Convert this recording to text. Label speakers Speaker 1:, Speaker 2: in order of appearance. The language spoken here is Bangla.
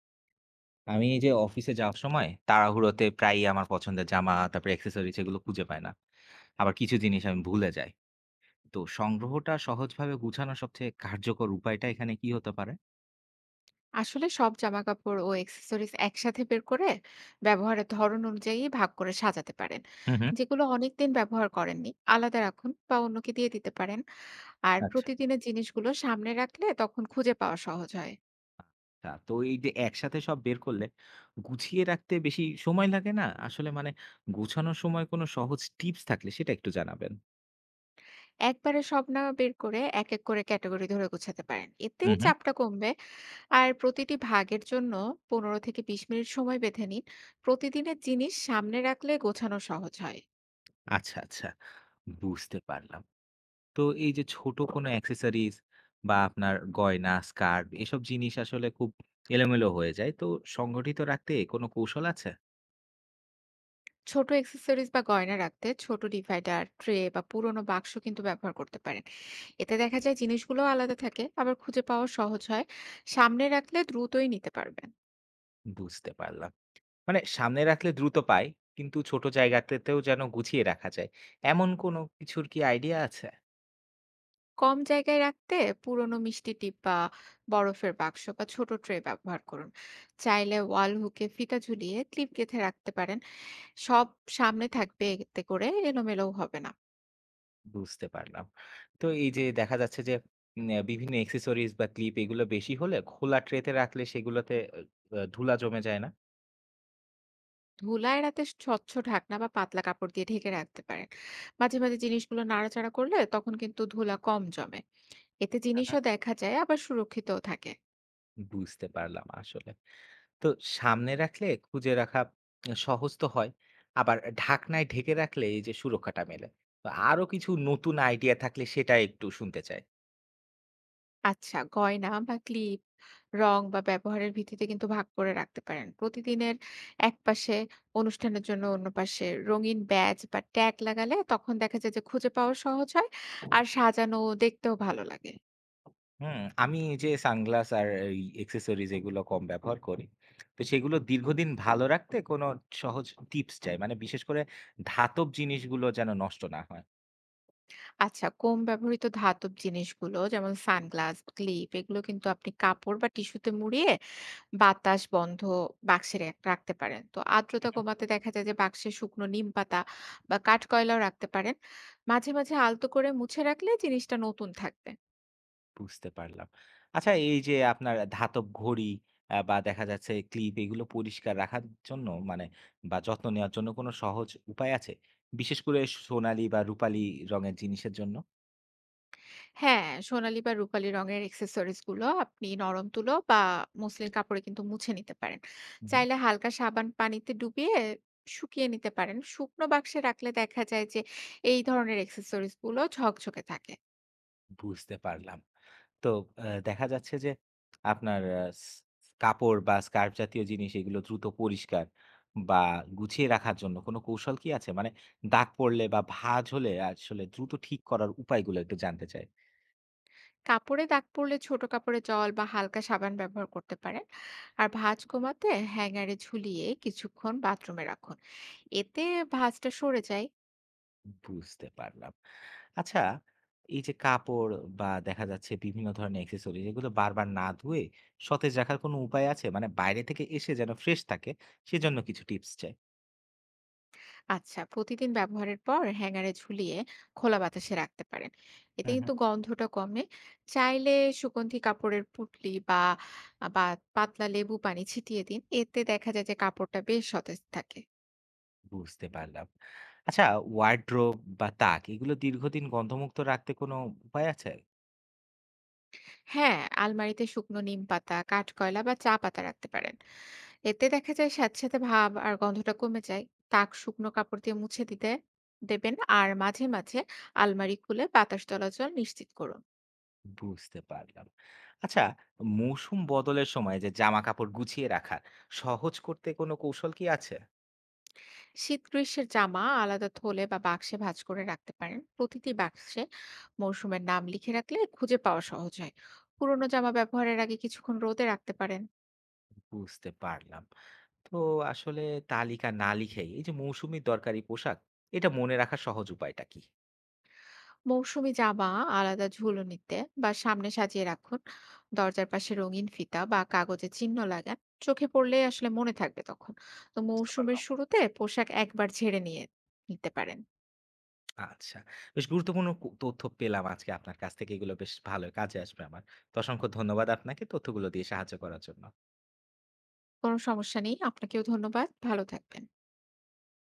Speaker 1: আমি এই যে অফিসে যাওয়ার সময় তাড়াহুড়োতে প্রায়ই আমার পছন্দের জামা তারপর অ্যাক্সেসরিজ এগুলো খুঁজে পাই না। আবার কিছু জিনিস আমি ভুলে যাই। তো সংগ্রহটা সহজভাবে গুছানোর সবচেয়ে কার্যকর উপায়টা এখানে কি হতে পারে?
Speaker 2: আসলে সব জামাকাপড় ও অ্যাক্সেসরিজ একসাথে বের করে ব্যবহারের ধরন অনুযায়ী ভাগ করে সাজাতে পারেন।
Speaker 1: হুম, হুম।
Speaker 2: যেগুলো অনেকদিন ব্যবহার করেননি আলাদা রাখুন বা অন্যকে দিয়ে দিতে পারেন। আর
Speaker 1: আচ্ছা,
Speaker 2: প্রতিদিনের জিনিসগুলো সামনে রাখলে তখন খুঁজে পাওয়া সহজ হয়।
Speaker 1: আচ্ছা, তো এই যে একসাথে সব বের করলে গুছিয়ে রাখতে বেশি সময় লাগে না আসলে, মানে গুছানোর সময় কোনো সহজ টিপস থাকলে সেটা একটু জানাবেন।
Speaker 2: একবারে সব না বের করে এক এক করে ক্যাটাগরি ধরে গোছাতে পারেন, এতে
Speaker 1: হুম, হুম।
Speaker 2: চাপটা কমবে। আর প্রতিটি ভাগের জন্য 15 থেকে 20 মিনিট সময় বেঁধে নিন। প্রতিদিনের জিনিস সামনে রাখলে গোছানো সহজ হয়।
Speaker 1: আচ্ছা, আচ্ছা, বুঝতে পারলাম। তো এই যে ছোট কোনো অ্যাক্সেসরিজ বা আপনার গয়না, স্কার্ফ এসব জিনিস আসলে খুব এলোমেলো হয়ে যায়। তো সংগঠিত রাখতে কোনো কৌশল আছে?
Speaker 2: ছোট অ্যাক্সেসরিজ বা গয়না রাখতে ছোট ডিভাইডার ট্রে বা পুরোনো বাক্স কিন্তু ব্যবহার করতে পারেন। এতে দেখা যায় জিনিসগুলো আলাদা থাকে, আবার খুঁজে পাওয়া সহজ হয়। সামনে রাখলে দ্রুতই নিতে পারবেন।
Speaker 1: বুঝতে পারলাম। মানে সামনে রাখলে দ্রুত পাই, কিন্তু ছোট জায়গাতেও যেন গুছিয়ে রাখা যায়। এমন কোনো কিছুর কি আইডিয়া আছে?
Speaker 2: কম জায়গায় রাখতে পুরোনো মিষ্টি ডিব্বা, বরফের বাক্স বা ছোট ট্রে ব্যবহার করুন। চাইলে ওয়াল হুকে ফিতা ঝুলিয়ে ক্লিপ গেঁথে রাখতে পারেন। সব সামনে থাকবে, এতে করে এলোমেলোও হবে না।
Speaker 1: বুঝতে পারলাম। তো এই যে দেখা যাচ্ছে যে উম অ্যা বিভিন্ন অ্যাক্সেসরিজ বা ক্লিপ এগুলো বেশি হলে খোলা ট্রেতে রাখলে সেগুলোতে অ অ ধুলা জমে যায় না?
Speaker 2: ধুলা এড়াতে স্বচ্ছ ঢাকনা বা পাতলা কাপড় দিয়ে ঢেকে রাখতে পারেন। মাঝে মাঝে জিনিসগুলো নাড়াচাড়া করলে তখন কিন্তু ধুলা কম জমে। এতে
Speaker 1: হু, হু।
Speaker 2: জিনিসও দেখা যায়, আবার সুরক্ষিতও থাকে।
Speaker 1: বুঝতে পারলাম আসলে। তো সামনে রাখলে খুঁজে রাখা সহজ তো হয়, আবার ঢাকনায় ঢেকে রাখলে এই যে সুরক্ষাটা মেলে। তো আরো কিছু নতুন আইডিয়া থাকলে সেটা একটু শুনতে চাই।
Speaker 2: আচ্ছা, গয়না বা ক্লিপ রং বা ব্যবহারের ভিত্তিতে কিন্তু ভাগ করে রাখতে পারেন। প্রতিদিনের এক পাশে, অনুষ্ঠানের জন্য অন্য পাশে রঙিন ব্যাজ বা ট্যাগ লাগালে তখন দেখা যায় যে খুঁজে পাওয়া সহজ হয়। আর সাজানো দেখতেও ভালো লাগে।
Speaker 1: হুম, আমি এই যে সানগ্লাস আর এই এক্সেসরিজ এগুলো কম ব্যবহার করি, তো সেগুলো দীর্ঘদিন ভালো রাখতে কোনো সহজ টিপস চাই, মানে বিশেষ করে ধাতব জিনিসগুলো যেন নষ্ট না হয়।
Speaker 2: আচ্ছা, কম ব্যবহৃত ধাতব জিনিসগুলো যেমন সানগ্লাস, ক্লিপ এগুলো কিন্তু আপনি কাপড় বা টিস্যুতে মুড়িয়ে বাতাস বন্ধ বাক্সে রাখতে পারেন। তো আর্দ্রতা কমাতে দেখা যায় যে বাক্সে শুকনো নিমপাতা বা কাঠকয়লাও রাখতে পারেন। মাঝে মাঝে আলতো করে মুছে রাখলে জিনিসটা নতুন থাকবে।
Speaker 1: বুঝতে পারলাম। আচ্ছা, এই যে আপনার ধাতব ঘড়ি বা দেখা যাচ্ছে ক্লিপ এগুলো পরিষ্কার রাখার জন্য, মানে বা যত্ন নেওয়ার জন্য কোনো সহজ উপায় আছে? বিশেষ করে সোনালী বা রূপালী রঙের জিনিসের জন্য?
Speaker 2: হ্যাঁ, সোনালী বা রূপালি রঙের অ্যাক্সেসরিজ গুলো আপনি নরম তুলো বা মসলিন কাপড়ে কিন্তু মুছে নিতে পারেন।
Speaker 1: হু, হু।
Speaker 2: চাইলে হালকা সাবান পানিতে ডুবিয়ে শুকিয়ে নিতে পারেন। শুকনো বাক্সে রাখলে দেখা যায় যে এই ধরনের অ্যাক্সেসরিজ গুলো ঝকঝকে থাকে।
Speaker 1: বুঝতে পারলাম। তো আ দেখা যাচ্ছে যে আপনার আ স কাপড় বা স্কার্ফ জাতীয় জিনিস এগুলো দ্রুত পরিষ্কার বা গুছিয়ে রাখার জন্য কোনো কৌশল কি আছে? মানে দাগ পড়লে বা ভাঁজ হলে আসলে দ্রুত ঠিক করার উপায়গুলো একটু জানতে চাই।
Speaker 2: কাপড়ে দাগ পড়লে ছোট কাপড়ে জল বা হালকা সাবান ব্যবহার করতে পারেন। আর ভাঁজ কমাতে হ্যাঙ্গারে ঝুলিয়ে কিছুক্ষণ বাথরুমে রাখুন। এতে ভাঁজটা সরে যায়।
Speaker 1: বুঝতে পারলাম। আচ্ছা, এই যে কাপড় বা দেখা যাচ্ছে বিভিন্ন ধরনের accessories এগুলো বারবার না ধুয়ে সতেজ রাখার কোনো উপায় আছে? মানে বাইরে থেকে এসে যেন ফ্রেশ থাকে সেজন্য কিছু টিপস চাই।
Speaker 2: আচ্ছা, প্রতিদিন ব্যবহারের পর হ্যাঙ্গারে ঝুলিয়ে খোলা বাতাসে রাখতে পারেন। এতে
Speaker 1: হুম, হুম।
Speaker 2: কিন্তু গন্ধটা কমে। চাইলে সুগন্ধি কাপড়ের পুঁটলি বা বা পাতলা লেবু পানি ছিটিয়ে দিন, এতে দেখা যায় যে কাপড়টা বেশ সতেজ থাকে।
Speaker 1: বুঝতে পারলাম। আচ্ছা, ওয়ারড্রোব বা তাক এগুলো দীর্ঘদিন গন্ধমুক্ত রাখতে কোনো উপায় আছে?
Speaker 2: হ্যাঁ, আলমারিতে শুকনো নিম পাতা, কাঠকয়লা বা চা পাতা রাখতে পারেন। এতে দেখা যায় সাথে সাথে ভাব আর গন্ধটা কমে যায়। তাক শুকনো কাপড় দিয়ে মুছে দিতে দেবেন। আর মাঝে মাঝে আলমারি খুলে বাতাস চলাচল নিশ্চিত করুন।
Speaker 1: বুঝতে পারলাম। আচ্ছা, মৌসুম বদলের সময় যে জামাকাপড় গুছিয়ে রাখা সহজ করতে কোনো কৌশল কি আছে?
Speaker 2: শীত গ্রীষ্মের জামা আলাদা থলে বা বাক্সে ভাঁজ করে রাখতে পারেন। প্রতিটি বাক্সে মৌসুমের নাম লিখে রাখলে খুঁজে পাওয়া সহজ হয়। পুরোনো জামা ব্যবহারের আগে কিছুক্ষণ রোদে রাখতে পারেন।
Speaker 1: বুঝতে পারলাম। তো আসলে তালিকা না লিখেই এই যে মৌসুমী দরকারি পোশাক, এটা মনে রাখার সহজ উপায়টা কি?
Speaker 2: মৌসুমী জামা আলাদা ঝুলনিতে বা সামনে সাজিয়ে রাখুন। দরজার পাশে রঙিন ফিতা বা কাগজে চিহ্ন লাগান। চোখে পড়লে আসলে মনে থাকবে তখন। তো
Speaker 1: বুঝতে
Speaker 2: মৌসুমের
Speaker 1: পারলাম।
Speaker 2: শুরুতে পোশাক একবার ঝেড়ে নিয়ে নিতে পারেন।
Speaker 1: আচ্ছা। বেশ গুরুত্বপূর্ণ তথ্য পেলাম আজকে আপনার কাছ থেকে। এগুলো বেশ ভালো কাজে আসবে আমার। তো অসংখ্য ধন্যবাদ আপনাকে তথ্যগুলো দিয়ে সাহায্য করার জন্য।
Speaker 2: কোনো সমস্যা নেই, আপনাকেও ধন্যবাদ, ভালো থাকবেন।